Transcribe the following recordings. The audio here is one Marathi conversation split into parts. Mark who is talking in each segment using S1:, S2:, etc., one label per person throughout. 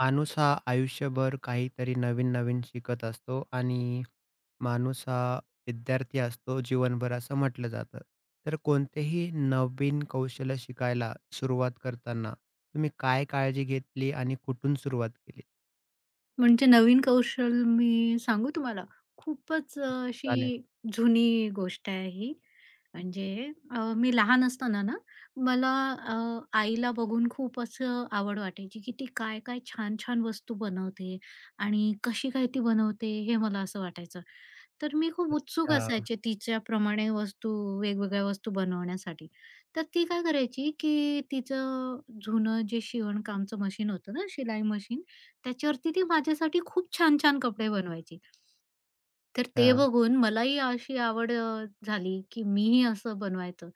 S1: माणूस हा आयुष्यभर काहीतरी नवीन-नवीन शिकत असतो आणि माणूस हा विद्यार्थी असतो जीवनभर असं म्हटलं जातं. तर कोणतेही नवीन कौशल्य शिकायला सुरुवात करताना तुम्ही काय काळजी घेतली आणि कुठून सुरुवात केली?
S2: म्हणजे नवीन कौशल मी सांगू तुम्हाला, खूपच अशी
S1: चालेल.
S2: जुनी गोष्ट आहे ही. म्हणजे मी लहान असताना ना, मला अ, आईला बघून खूप असं आवड वाटायची, की ती काय-काय छान-छान वस्तू बनवते आणि कशी काय ती बनवते हे मला असं वाटायचं. तर मी खूप उत्सुक
S1: हां,
S2: असायचे तिच्याप्रमाणे वस्तू, वेगवेगळ्या वस्तू बनवण्यासाठी. तर ती काय करायची, की तिचं जुनं जे शिवणकामचं मशीन होतं ना, शिलाई मशीन, त्याच्यावरती ती माझ्यासाठी खूप छान-छान कपडे बनवायची. तर ते
S1: हां,
S2: बघून मलाही अशी आवड झाली, की मीही असं बनवायचं.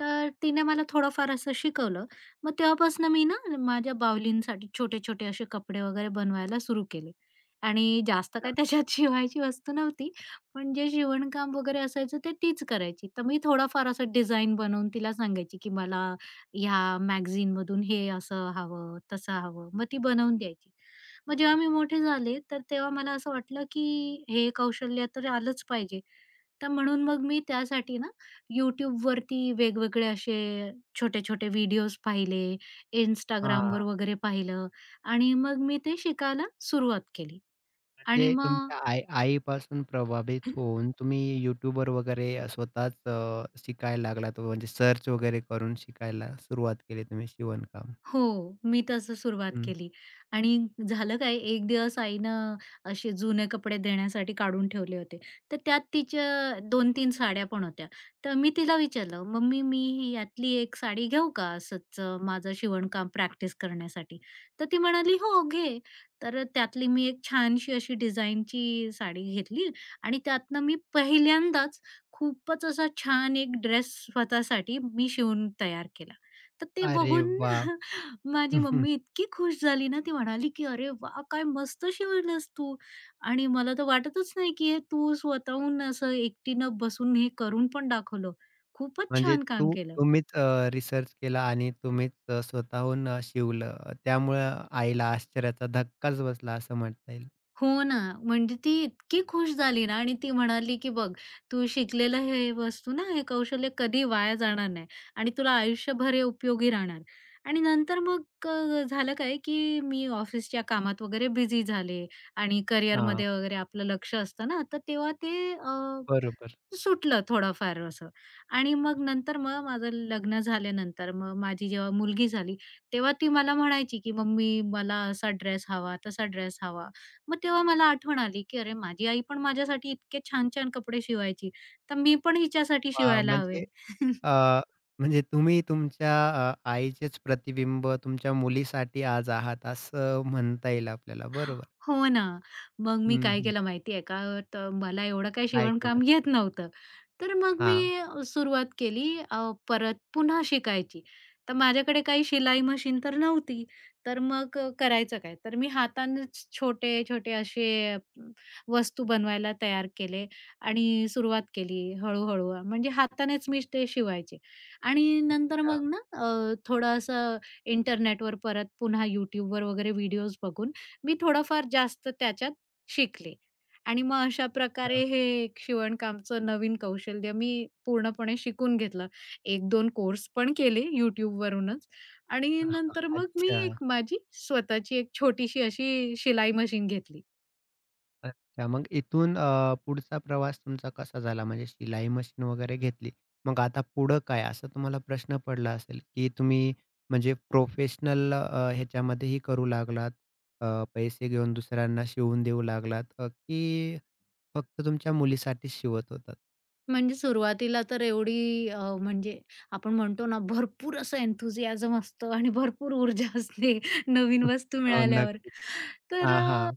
S2: तर तिने मला थोडंफार असं शिकवलं. मग तेव्हापासून मी ना माझ्या बाहुलींसाठी छोटे-छोटे असे कपडे वगैरे बनवायला सुरू केले. आणि जास्त
S1: हां.
S2: काय त्याच्यात शिवायची वस्तू नव्हती. पण जे शिवणकाम वगैरे असायचं ते तीच करायची. तर मी थोडाफार असं डिझाइन बनवून तिला सांगायची, की मला ह्या मॅगझीनमधून हे असं हवं, तसं हवं. मग ती बनवून द्यायची. मग जेव्हा मी मोठे झाले, तर तेव्हा मला असं वाटलं, की हे कौशल्य तर आलंच पाहिजे. तर म्हणून मग मी त्यासाठी ना YouTubeवरती वेगवेगळे असे छोटे-छोटे व्हिडिओज पाहिले, Instagram
S1: हां,
S2: वर वगैरे पाहिलं आणि मग मी ते शिकायला सुरुवात केली आणि
S1: म्हणजे
S2: मग
S1: तुमच्या आईपासून प्रभावित होऊन तुम्ही YouTubeवर वगैरे स्वतःच शिकायला लागलात म्हणजे सर्च वगैरे करून शिकायला सुरुवात केली तुम्ही शिवणकाम.
S2: हो, मी तसं सुरुवात केली आणि झालं काय, एक दिवस आईनं असे जुने कपडे देण्यासाठी काढून ठेवले होते. तर त्यात तिच्या दोन तीन साड्या पण होत्या. तर मी तिला विचारलं, "मम्मी, मी ही यातली एक साडी घेऊ का असंच माझं शिवणकाम प्रॅक्टिस करण्यासाठी?" तर ती म्हणाली, "हो, घे." तर त्यातली मी एक छानशी अशी डिझाइनची साडी घेतली आणि त्यातनं मी पहिल्यांदाच खूपच असा छान एक ड्रेस स्वतःसाठी मी शिवून तयार केला. तर ते
S1: अरे
S2: बघून
S1: वाह!
S2: माझी मम्मी इतकी खुश झाली ना, ती म्हणाली, की "अरे वा काय मस्त शिवलस तू." आणि मला तर वाटतच नाही, की हे तू स्वतःहून असं एकटीनं बसून हे करून पण दाखवलं. खूपच
S1: म्हणजे
S2: छान काम
S1: तू
S2: केलं.
S1: तुम्हीच रिसर्च केला आणि तुम्हीच स्वतःहून शिवलं. त्यामुळं आईला आश्चर्याचा धक्काच बसला असं म्हणता येईल.
S2: हो ना. म्हणजे ती इतकी खुश झाली ना आणि ती म्हणाली, की "बघ, तू शिकलेलं हे वस्तू ना, हे कौशल्य कधी वाया जाणार नाही आणि तुला आयुष्यभर हे उपयोगी राहणार." आणि नंतर मग झालं काय, की मी ऑफिसच्या कामात वगैरे बिझी झाले आणि
S1: हां,
S2: करिअरमध्ये वगैरे आपलं लक्ष असतं ना, तर तेव्हा ते
S1: बरोबर.
S2: सुटलं थोडंफार असं. आणि मग नंतर मग माझं लग्न झाल्यानंतर मग माझी जेव्हा मुलगी झाली, तेव्हा ती मला म्हणायची, की "मम्मी, मला असा ड्रेस हवा, तसा ड्रेस हवा." मग तेव्हा मला आठवण आली, की अरे माझी आई पण माझ्यासाठी इतके छान-छान कपडे शिवायची, तर मी पण हिच्यासाठी शिवायला हवे.
S1: म्हणजे अ, म्हणजे तुम्ही तुमच्या आईचेच प्रतिबिंब तुमच्या मुलीसाठी आज आहात असं म्हणता येईल आपल्याला. बरोबर.
S2: हो ना. मग मी
S1: हं,
S2: काय
S1: हं.
S2: केलं माहिती आहे का, तर मला एवढं काही
S1: काय केलं?
S2: शिवणकाम येत नव्हतं. तर मग
S1: हां.
S2: मी सुरुवात केली परत पुन्हा शिकायची. तर माझ्याकडे काही शिलाई मशीन तर नव्हती. तर मग करायचं काय? तर मी हातानेच छोटे-छोटे असे अम, वस्तू बनवायला तयार केले आणि सुरुवात केली हळू म्हणजे हातानेच मी ते शिवायचे आणि नंतर
S1: अच्छा,
S2: मग ना थोडं असं इंटरनेटवर परत पुन्हा YouTubeवर वगैरे व्हिडिओज बघून मी थोडंफार जास्त त्याच्यात शिकले आणि मग अशा
S1: अच्छा.
S2: प्रकारे हे एक शिवणकामचं नवीन कौशल्य मी पूर्णपणे शिकून घेतलं. एक दोन कोर्स पण केले YouTubeवरूनच आणि नंतर मग मी
S1: अच्छा.
S2: एक माझी स्वतःची एक छोटीशी अशी शिलाई मशीन घेतली.
S1: अच्छा. मग इथून पुढचा प्रवास तुमचा कसा झाला? म्हणजे शिलाई मशीन वगैरे घेतली. मग आता पुढं काय? असा तुम्हाला प्रश्न पडला असेल, की तुम्ही म्हणजे प्रोफेशनल ह्याच्यामध्येही करू लागलात. अ, पैसे घेऊन दुसऱ्यांना शिवून देऊ लागलात की फक्त तुमच्या मुलीसाठीच शिवत होतात?
S2: म्हणजे सुरुवातीला तर एवढी म्हणजे आपण म्हणतो ना, भरपूर असं एन्थुसियाझम असतं आणि भरपूर ऊर्जा असते नवीन वस्तू
S1: हो,
S2: मिळाल्यावर.
S1: नक्कीच.
S2: तर
S1: हां, हां.
S2: अ,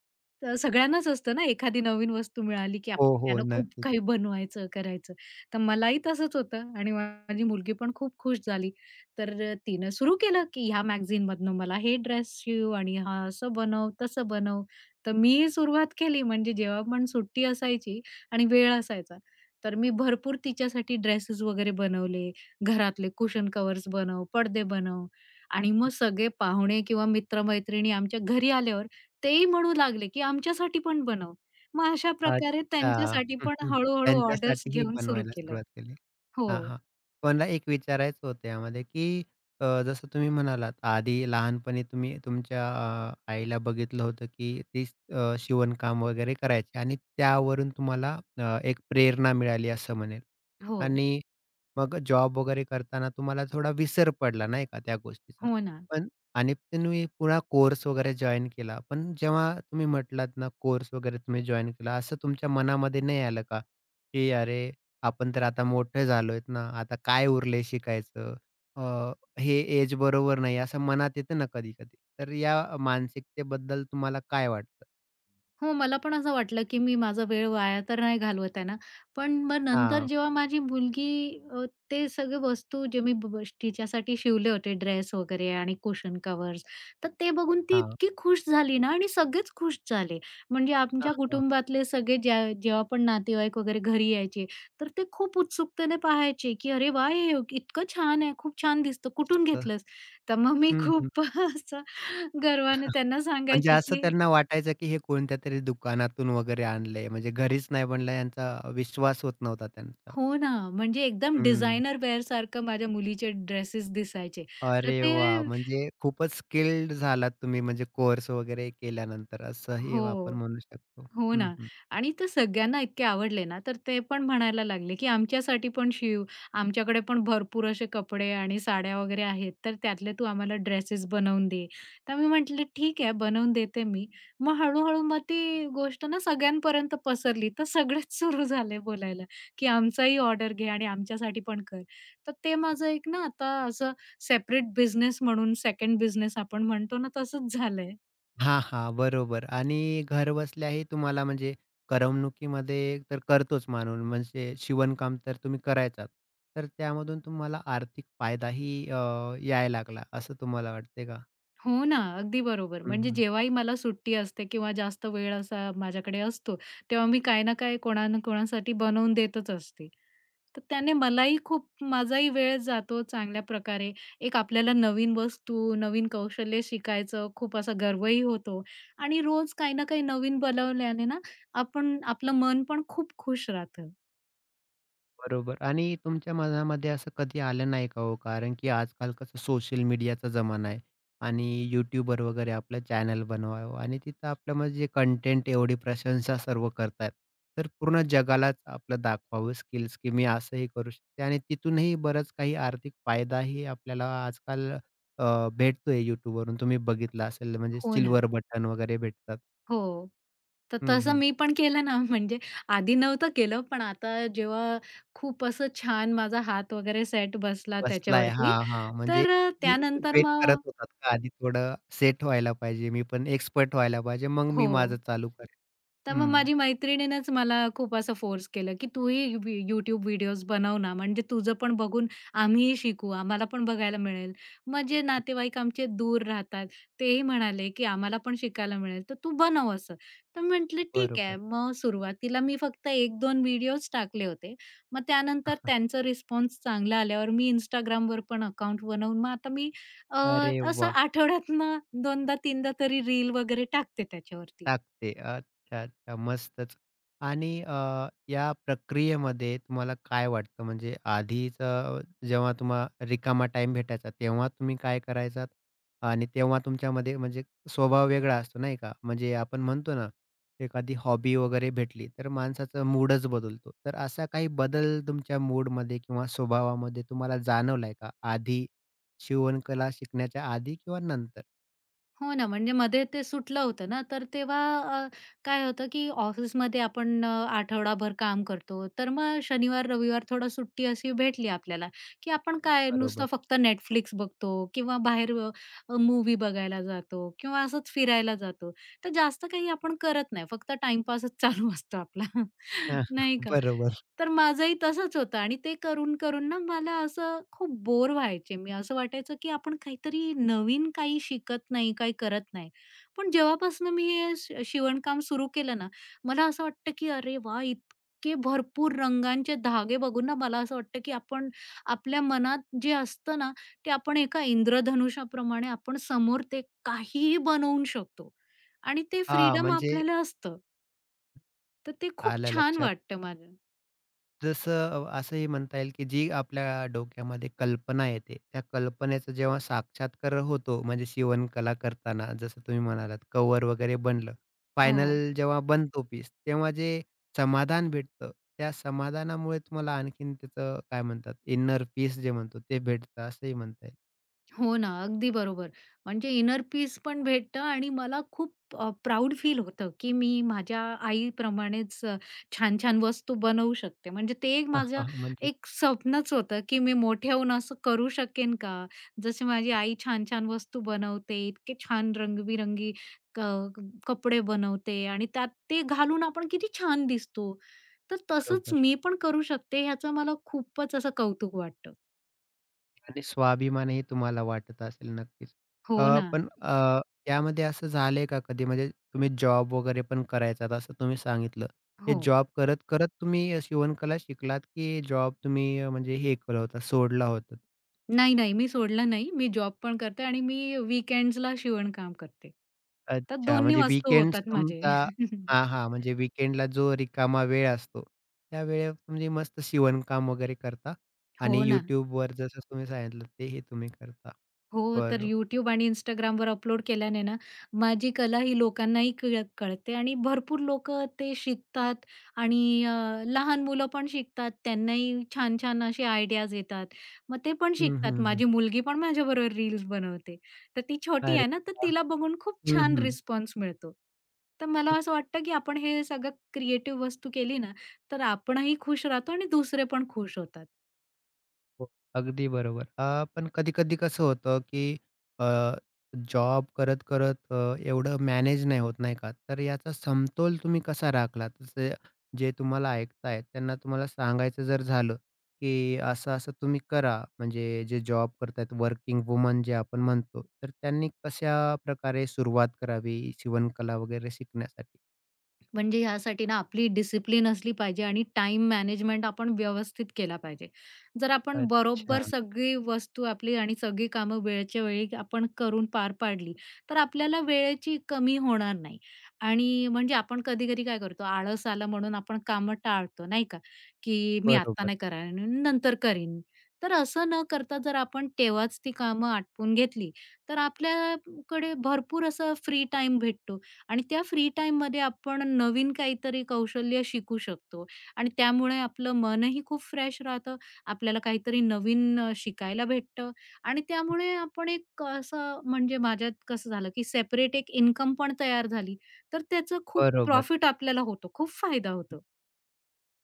S2: तर सगळ्यांनाच असतं ना, एखादी नवीन वस्तू मिळाली की आपण
S1: हो, हो.
S2: त्यानं खूप
S1: नक्की.
S2: काही बनवायचं, करायचं. तर मलाही तसंच होतं आणि माझी मुलगी पण खूप खुश झाली. तर तिनं सुरू केलं की ह्या मॅगझीनमधनं मला हे ड्रेस शिव आणि हा असं बनव, तसं बनव. तर मीही सुरुवात केली. म्हणजे जेव्हा पण सुट्टी असायची आणि वेळ असायचा, तर मी भरपूर तिच्यासाठी ड्रेसेस वगैरे बनवले. घरातले कुशन कव्हर्स बनव, पडदे बनव आणि मग सगळे पाहुणे किंवा मित्र-मैत्रिणी आमच्या घरी आल्यावर तेही म्हणू लागले, की "आमच्यासाठी पण बनव." मग अशा प्रकारे
S1: अच्छा.
S2: त्यांच्यासाठी
S1: हं,
S2: पण
S1: हं.
S2: हळू-हळू ऑर्डर्स
S1: त्यांच्यासाठीही
S2: घेऊन सुरू
S1: बनवायला
S2: केलं.
S1: सुरुवात केली.
S2: हो,
S1: हां, हां. मला एक विचारायचं होतं यामध्ये, की जसं तुम्ही म्हणालात आधी लहानपणी तुम्ही तुमच्या आईला बघितलं होतं, की ती शिवणकाम वगैरे करायची आणि त्यावरून तुम्हाला एक प्रेरणा मिळाली असं म्हणेल.
S2: हो,
S1: आणि मग जॉब वगैरे करताना तुम्हाला थोडा विसर पडला नाही का त्या गोष्टीचा.
S2: हो ना.
S1: पण आणि तुम्ही पुन्हा कोर्स वगैरे जॉइन केला. पण जेव्हा तुम्ही म्हटलात ना, कोर्स वगैरे तुम्ही जॉइन केला, असं तुमच्या मनामध्ये नाही आलं का, की "अरे, आपण तर आता मोठे झालोयत ना, आता काय उरलंय शिकायचं? अ, हे एज बरोबर नाही." असं मनात येतं ना कधी-कधी. तर या मानसिकतेबद्दल तुम्हाला काय वाटतं?
S2: हो, मला पण असं वाटलं, की मी माझा वेळ वाया तर नाही घालवत आहे ना. पण मग नंतर
S1: हां,
S2: जेव्हा माझी मुलगी ते सगळे वस्तू जे मी ब ब तिच्यासाठी शिवले होते ड्रेस वगैरे आणि कुशन कव्हर्स, तर ते बघून ती
S1: हां.
S2: इतकी खुश झाली ना आणि सगळेच खुश झाले. म्हणजे
S1: हां,
S2: आमच्या
S1: हां.
S2: कुटुंबातले सगळे जेव्हा पण नातेवाईक वगैरे घरी यायचे, तर ते खूप उत्सुकतेने पाहायचे, की "अरे वाह! हे इतकं छान आहे, खूप छान दिसतं. कुठून
S1: तर
S2: घेतलंस?" तर मग मी
S1: हं, हं.
S2: खूप असं गर्वाने त्यांना
S1: म्हणजे
S2: सांगायची,
S1: असं
S2: की
S1: त्यांना वाटायचं, की हे कोणत्यातरी दुकानातून वगैरे आणलंय. म्हणजे घरीच नाही बनलं, यांचा विश्वास होत नव्हता त्यांचा.
S2: हो ना, म्हणजे एकदम
S1: हं.
S2: डिझायनर वेअरसारखं माझ्या मुलीचे ड्रेसेस दिसायचे. तर
S1: अरे
S2: ते
S1: वाह! म्हणजे खूपच स्किल्ड झालात तुम्ही म्हणजे कोर्स वगैरे केल्यानंतर असंही आपण
S2: हो.
S1: म्हणू शकतो.
S2: हो
S1: हं,
S2: ना
S1: हं.
S2: आणि ते सगळ्यांना इतके आवडले ना, तर ते पण म्हणायला लागले, की "आमच्यासाठी पण शिव. आमच्याकडे पण भरपूर असे कपडे आणि साड्या वगैरे आहेत, तर त्यातले तू आम्हाला ड्रेसेस बनवून दे." तर मी म्हटलं, "ठीक आहे, बनवून देते मी." मग हळू मग ती गोष्ट ना सगळ्यांपर्यंत पसरली. तर सगळेच सुरू झाले बोलायला, की "आमचाही ऑर्डर घे आणि आमच्यासाठी पण कर." तर ते माझं एक ना आता असं सेपरेट बिझनेस म्हणून सेकंड बिझनेस आपण म्हणतो ना, तसंच झालंय.
S1: हां, हां. बरोबर आणि घरबसल्याही तुम्हाला म्हणजे करमणुकीमध्ये तर करतोच मानून म्हणजे शिवणकाम तर तुम्ही करायचाच. तर त्यामधून तुम्हाला आर्थिक फायदाही यायला लागला असं तुम्हाला वाटते का?
S2: हो ना, अगदी बरोबर. म्हणजे जेव्हाही मला सुट्टी असते किंवा जास्त वेळ असा माझ्याकडे असतो, तेव्हा मी काही ना काही कोणा ना कोणासाठी बनवून देतच असते. तर त्याने मलाही खूप माझाही वेळ जातो चांगल्या प्रकारे. एक आपल्याला नवीन वस्तू, नवीन कौशल्य शिकायचं खूप असा गर्वही होतो आणि रोज काही ना काही नवीन बनवल्याने ना आपण आपलं मन पण खूप खुश राहतं.
S1: बरोबर आणि तुमच्या मनामध्ये असं कधी आलं नाही का हो? कारण की आजकाल कसं सोशल मीडियाचा जमाना आहे आणि यूट्यूबवर वगैरे आपलं चॅनल बनवावं आणि तिथं आपलं म्हणजे कंटेंट एवढी प्रशंसा सर्व करतात. तर पूर्ण जगालाच आपलं दाखवावं स्किल्स की मी असंही करू शकते आणि तिथूनही बरंच काही आर्थिक फायदाही आपल्याला आजकाल भेटतोय यूट्यूबवरून तुम्ही बघितलं असेल म्हणजे
S2: हो ना.
S1: सिल्वर बटन वगैरे भेटतात.
S2: हो. तर
S1: हं,
S2: तसं
S1: हं.
S2: मी पण केलं ना, म्हणजे आधी नव्हतं केलं, पण आता जेव्हा खूप असं छान माझा हात वगैरे सेट बसला
S1: बसलाय.
S2: त्याच्यावरती,
S1: हां, हां. म्हणजे
S2: तर
S1: मी
S2: त्यानंतर
S1: वेट करत
S2: मग
S1: होतात का आधी थोडं सेट व्हायला पाहिजे. मी पण एक्सपर्ट व्हायला पाहिजे. मग मी
S2: हो.
S1: माझं चालू करेन.
S2: तर मग
S1: हं,
S2: माझी मैत्रिणीनेच मला खूप असं फोर्स केलं, की "तूही YouTube व्हिडिओज बनव ना, म्हणजे तुझं पण बघून आम्हीही शिकू, आम्हाला पण बघायला मिळेल." मग जे नातेवाईक आमचे दूर राहतात, तेही म्हणाले, की "आम्हाला पण शिकायला मिळेल, तर तू बनव असं." तर म्हटलं, "ठीक आहे."
S1: बरोबर.
S2: मग सुरुवातीला मी फक्त एक दोन व्हिडिओज टाकले होते. मग त्यानंतर त्यांचा रिस्पॉन्स चांगला आल्यावर मी Instagramवर पण अकाउंट बनवून मग आता मी अ,
S1: अरे
S2: असं
S1: वाह!
S2: आठवड्यातनं 2दा 3दा तरी रील वगैरे टाकते त्याच्यावरती.
S1: टाकते. अच्छा, अच्छा. मस्तच. आणि या प्रक्रियेमध्ये तुम्हाला काय वाटतं म्हणजे आधीचं जेव्हा तुम्हाला रिकामा टाईम भेटायचा तेव्हा तुम्ही काय करायचात? आणि तेव्हा तुमच्यामध्ये म्हणजे स्वभाव वेगळा असतो नाही का? म्हणजे आपण म्हणतो ना, एखादी हॉबी वगैरे भेटली तर माणसाचा मूडच बदलतो. तर असा काही बदल तुमच्या मूडमध्ये किंवा स्वभावामध्ये तुम्हाला जाणवलाय का? आधी शिवणकला शिकण्याच्या आधी किंवा नंतर?
S2: हो ना, म्हणजे मध्ये ते सुटलं होतं ना, तर तेव्हा अ, काय होतं, की ऑफिसमध्ये आपण आठवडाभर काम करतो. तर मग शनिवार, रविवार थोडं सुट्टी अशी भेटली आपल्याला, की आपण काय नुसतं
S1: बरोबर.
S2: फक्त नेटफ्लिक्स बघतो किंवा बाहेर मूव्ही बघायला जातो किंवा असंच फिरायला जातो. तर जास्त काही आपण करत नाही. फक्त टाईमपासच चालू असतो आपला, नाही का?
S1: बरोबर.
S2: तर माझंही तसंच होतं आणि ते करून, करून ना मला असं खूप बोर व्हायचे. मी असं वाटायचं, की आपण काहीतरी नवीन काही शिकत नाही, काही करत नाही. पण जेव्हापासून मी हे शिवणकाम सुरू केलं ना, मला असं वाटतं, की अरे वा इतके भरपूर रंगांचे धागे बघून ना मला असं वाटतं, की आपण आपल्या मनात जे असतं ना, ते आपण एका इंद्रधनुष्याप्रमाणे आपण समोर ते काहीही बनवून शकतो आणि ते
S1: हां,
S2: फ्रीडम
S1: म्हणजे
S2: आपल्याला असतं. तर ते खूप
S1: आलं
S2: छान
S1: लक्षात.
S2: वाटतं मला.
S1: जसं असंही म्हणता येईल, की जी आपल्या डोक्यामध्ये कल्पना येते, त्या कल्पनेचं जेव्हा साक्षात्कार होतो, म्हणजे शिवणकला करताना जसं तुम्ही म्हणालात कव्हर वगैरे बनलं.
S2: हो.
S1: फायनल जेव्हा बनतो पीस, तेव्हा जे समाधान भेटतं, त्या समाधानामुळे तुम्हाला आणखीन त्याचं काय म्हणतात, इनर पीस जे म्हणतो ते भेटतं असंही म्हणता येईल.
S2: हो ना, अगदी बरोबर. म्हणजे इनर पीस पण भेटतं आणि मला खूप प्राउड फील होतं, की मी माझ्या आईप्रमाणेच छान-छान वस्तू बनवू शकते. म्हणजे ते एक
S1: हा, हा,
S2: माझं
S1: म्हणजे
S2: स्वप्नच होतं, की मी मोठे होऊन असं करू शकेन का? ज़से माझी आई छान-छान वस्तू बनवते, इतके छान रंगीबेरंगी क कपडे बनवते आणि त्यात ते घालून आपण किती छान दिसतो. तर तसंच
S1: बरोबर.
S2: मी पण करू शकते, ह्याचं मला खूपच असं कौतुक वाटतं.
S1: आणि स्वाभिमानही तुम्हाला वाटत असेल नक्कीच.
S2: हो ना.
S1: पण अ, त्यामध्ये असं झालंय का कधी म्हणजे तुम्ही जॉब वगैरे पण करायचा असं तुम्ही सांगितलं. हे
S2: हो.
S1: जॉब करत, करत तुम्ही शिवणकला शिकलात की जॉब तुम्ही म्हणजे हे केलं होतं सोडला होता?
S2: नाही, नाही. मी सोडलं नाही. मी जॉब पण करते आणि मी वीकेंड्सला शिवणकाम करते. तर
S1: अच्छा
S2: दोन्ही
S1: म्हणजे
S2: वस्तू
S1: वीकेंड्स
S2: होतात माझे.
S1: तुमचा हां, हां. म्हणजे वीकेंडला जो रिकामा वेळ असतो, त्या वेळेत म्हणजे मस्त शिवणकाम वगैरे करता आणि
S2: हो ना.
S1: YouTubeवर जसं तुम्ही सांगितलं ते हे तुम्ही करता.
S2: हो, तर
S1: बरं.
S2: यूट्यूब आणि Instagramवर अपलोड केल्याने ना, माझी कला ही लोकांनाही कळते आणि भरपूर लोकं ते शिकतात आणि लहान मुलं पण शिकतात. त्यांनाही छान-छान असे आयडियाज येतात. मग ते पण
S1: हं,
S2: शिकतात.
S1: हं, हं.
S2: माझी मुलगी पण माझ्याबरोबर रील्स बनवते. तर ती छोटी
S1: अरे
S2: आहे ना, तर
S1: वाह!
S2: तिला बघून खूप
S1: हं,
S2: छान
S1: हं.
S2: रिस्पॉन्स मिळतो. तर मला असं वाटतं, की आपण हे सगळं क्रिएटिव्ह वस्तू केली ना, तर आपणही खुश राहतो आणि दुसरे पण खुश होतात.
S1: हो, अगदी बरोबर. पण कधी-कधी कसं होतं, की अ, जॉब करत-करत एवढं मॅनेज नाही होत, नाही का? तर याचा समतोल तुम्ही कसा राखलात? जसे जे तुम्हाला ऐकतायत त्यांना तुम्हाला सांगायचं जर झालं, की असं-असं तुम्ही करा, म्हणजे जे जॉब करतायत वर्किंग वुमन जे आपण म्हणतो, तर त्यांनी कशाप्रकारे सुरुवात करावी शिवणकला वगैरे शिकण्यासाठी?
S2: म्हणजे ह्यासाठी ना आपली डिसिप्लिन असली पाहिजे आणि टाईम मॅनेजमेंट आपण व्यवस्थित केला पाहिजे. जर आपण
S1: अच्छा.
S2: बरोबर सगळी वस्तू आपली आणि सगळी कामं वेळच्या वेळी आपण करून पार पाडली, तर आपल्याला वेळेची कमी होणार नाही. आणि म्हणजे आपण कधी-कधी काय करतो, आळस आला म्हणून आपण कामं टाळतो, नाही का? की मी आत्ता
S1: बरोबर,
S2: नाही करेन, नंतर करीन. तर असं न करता जर आपण तेव्हाच ती कामं आटपून घेतली, तर आपल्याकडे भरपूर असं फ्री टाईम भेटतो आणि त्या फ्री टाईममध्ये आपण नवीन काहीतरी कौशल्य शिकू शकतो आणि त्यामुळे आपलं मनही खूप फ्रेश राहतं. आपल्याला काहीतरी नवीन शिकायला भेटतं आणि त्यामुळे आपण एक असं म्हणजे माझ्यात कसं झालं, की सेपरेट एक इन्कम पण तयार झाली. तर त्याचं खूप
S1: बरोबर.
S2: प्रॉफिट आपल्याला होतो. खूप फायदा होतो.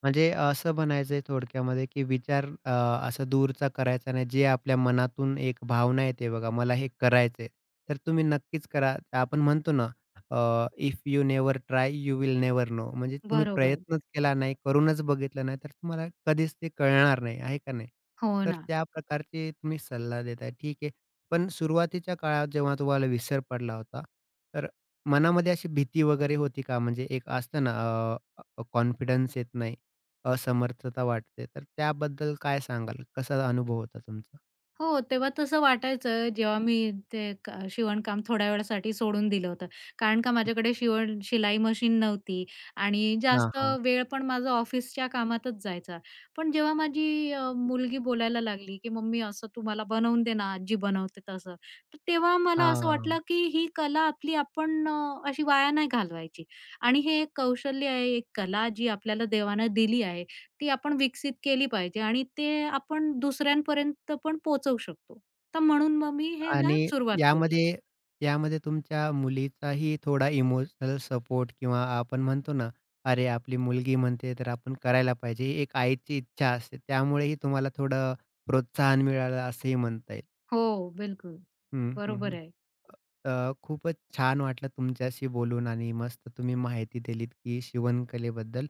S1: म्हणजे असं म्हणायचंय थोडक्यामध्ये, की विचार असा दूरचा करायचा नाही. जे आपल्या मनातून एक भावना येते बघा, मला हे करायचंय, तर तुम्ही नक्कीच करा. आपण म्हणतो ना, if you never try, you will never know. म्हणजे तुम्ही
S2: बरोबर.
S1: प्रयत्नच केला नाही, करूनच बघितलं नाही, तर तुम्हाला कधीच ते कळणार नाही, आहे का नाही?
S2: हो
S1: तर
S2: ना.
S1: त्या प्रकारचे तुम्ही सल्ला देताय, ठीक आहे. पण सुरुवातीच्या काळात जेव्हा तुम्हाला विसर पडला होता, तर मनामध्ये अशी भीती वगैरे होती का? म्हणजे एक असतं ना, कॉन्फिडन्स येत नाही. असमर्थता वाटते. तर त्याबद्दल काय सांगाल? कसा अनुभव होता तुमचा?
S2: हो, तेव्हा तसं वाटायचं जेव्हा मी ते शिवणकाम थोड्या वेळासाठी सोडून दिलं होतं. कारण का माझ्याकडे शिलाई मशीन नव्हती आणि
S1: हां,
S2: जास्त
S1: हां.
S2: वेळ पण माझा ऑफिसच्या कामातच जायचा. पण जेव्हा माझी मुलगी बोलायला लागली, की "मम्मी असं तू मला बनवून दे ना, आजी बनवते तसं." तर तेव्हा मला असं
S1: हां.
S2: वाटलं, की ही कला आपली आपण अशी वाया नाही घालवायची आणि हे एक कौशल्य आहे, एक कला जी आपल्याला देवानं दिली आहे ती आपण विकसित केली पाहिजे आणि ते आपण दुसऱ्यांपर्यंत पण पोहोचवू शकतो. तर म्हणून मग मी ह्याला
S1: आणि
S2: सुरुवात केली.
S1: यामध्ये यामध्ये तुमच्या मुलीचाही थोडा इमोशनल सपोर्ट किंवा आपण म्हणतो ना, "अरे, आपली मुलगी म्हणते, तर आपण करायला पाहिजे." ही एक आईची इच्छा असते. त्यामुळेही तुम्हाला थोडं प्रोत्साहन मिळालं असंही म्हणता येईल.
S2: हो, बिलकुल.
S1: हं, हं,
S2: बरोबर
S1: हं.
S2: आहे.
S1: खूपच छान वाटलं तुमच्याशी बोलून आणि मस्त तुम्ही माहिती दिलीत की शिवणकलेबद्दल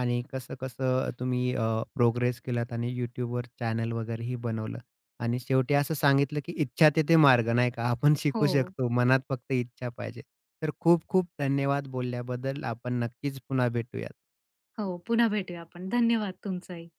S1: आणि कसं-कसं तुम्ही प्रोग्रेस केलात आणि YouTubeवर चॅनल वगैरेही बनवलं आणि शेवटी असं सांगितलं की इच्छा तेथे मार्ग, नाही का? आपण शिकू
S2: हो,
S1: शकतो. मनात फक्त इच्छा पाहिजे. तर खूप-खूप धन्यवाद बोलल्याबद्दल. आपण नक्कीच पुन्हा भेटूयात.
S2: हो. पुन्हा भेटूया आपण. धन्यवाद तुमचाही.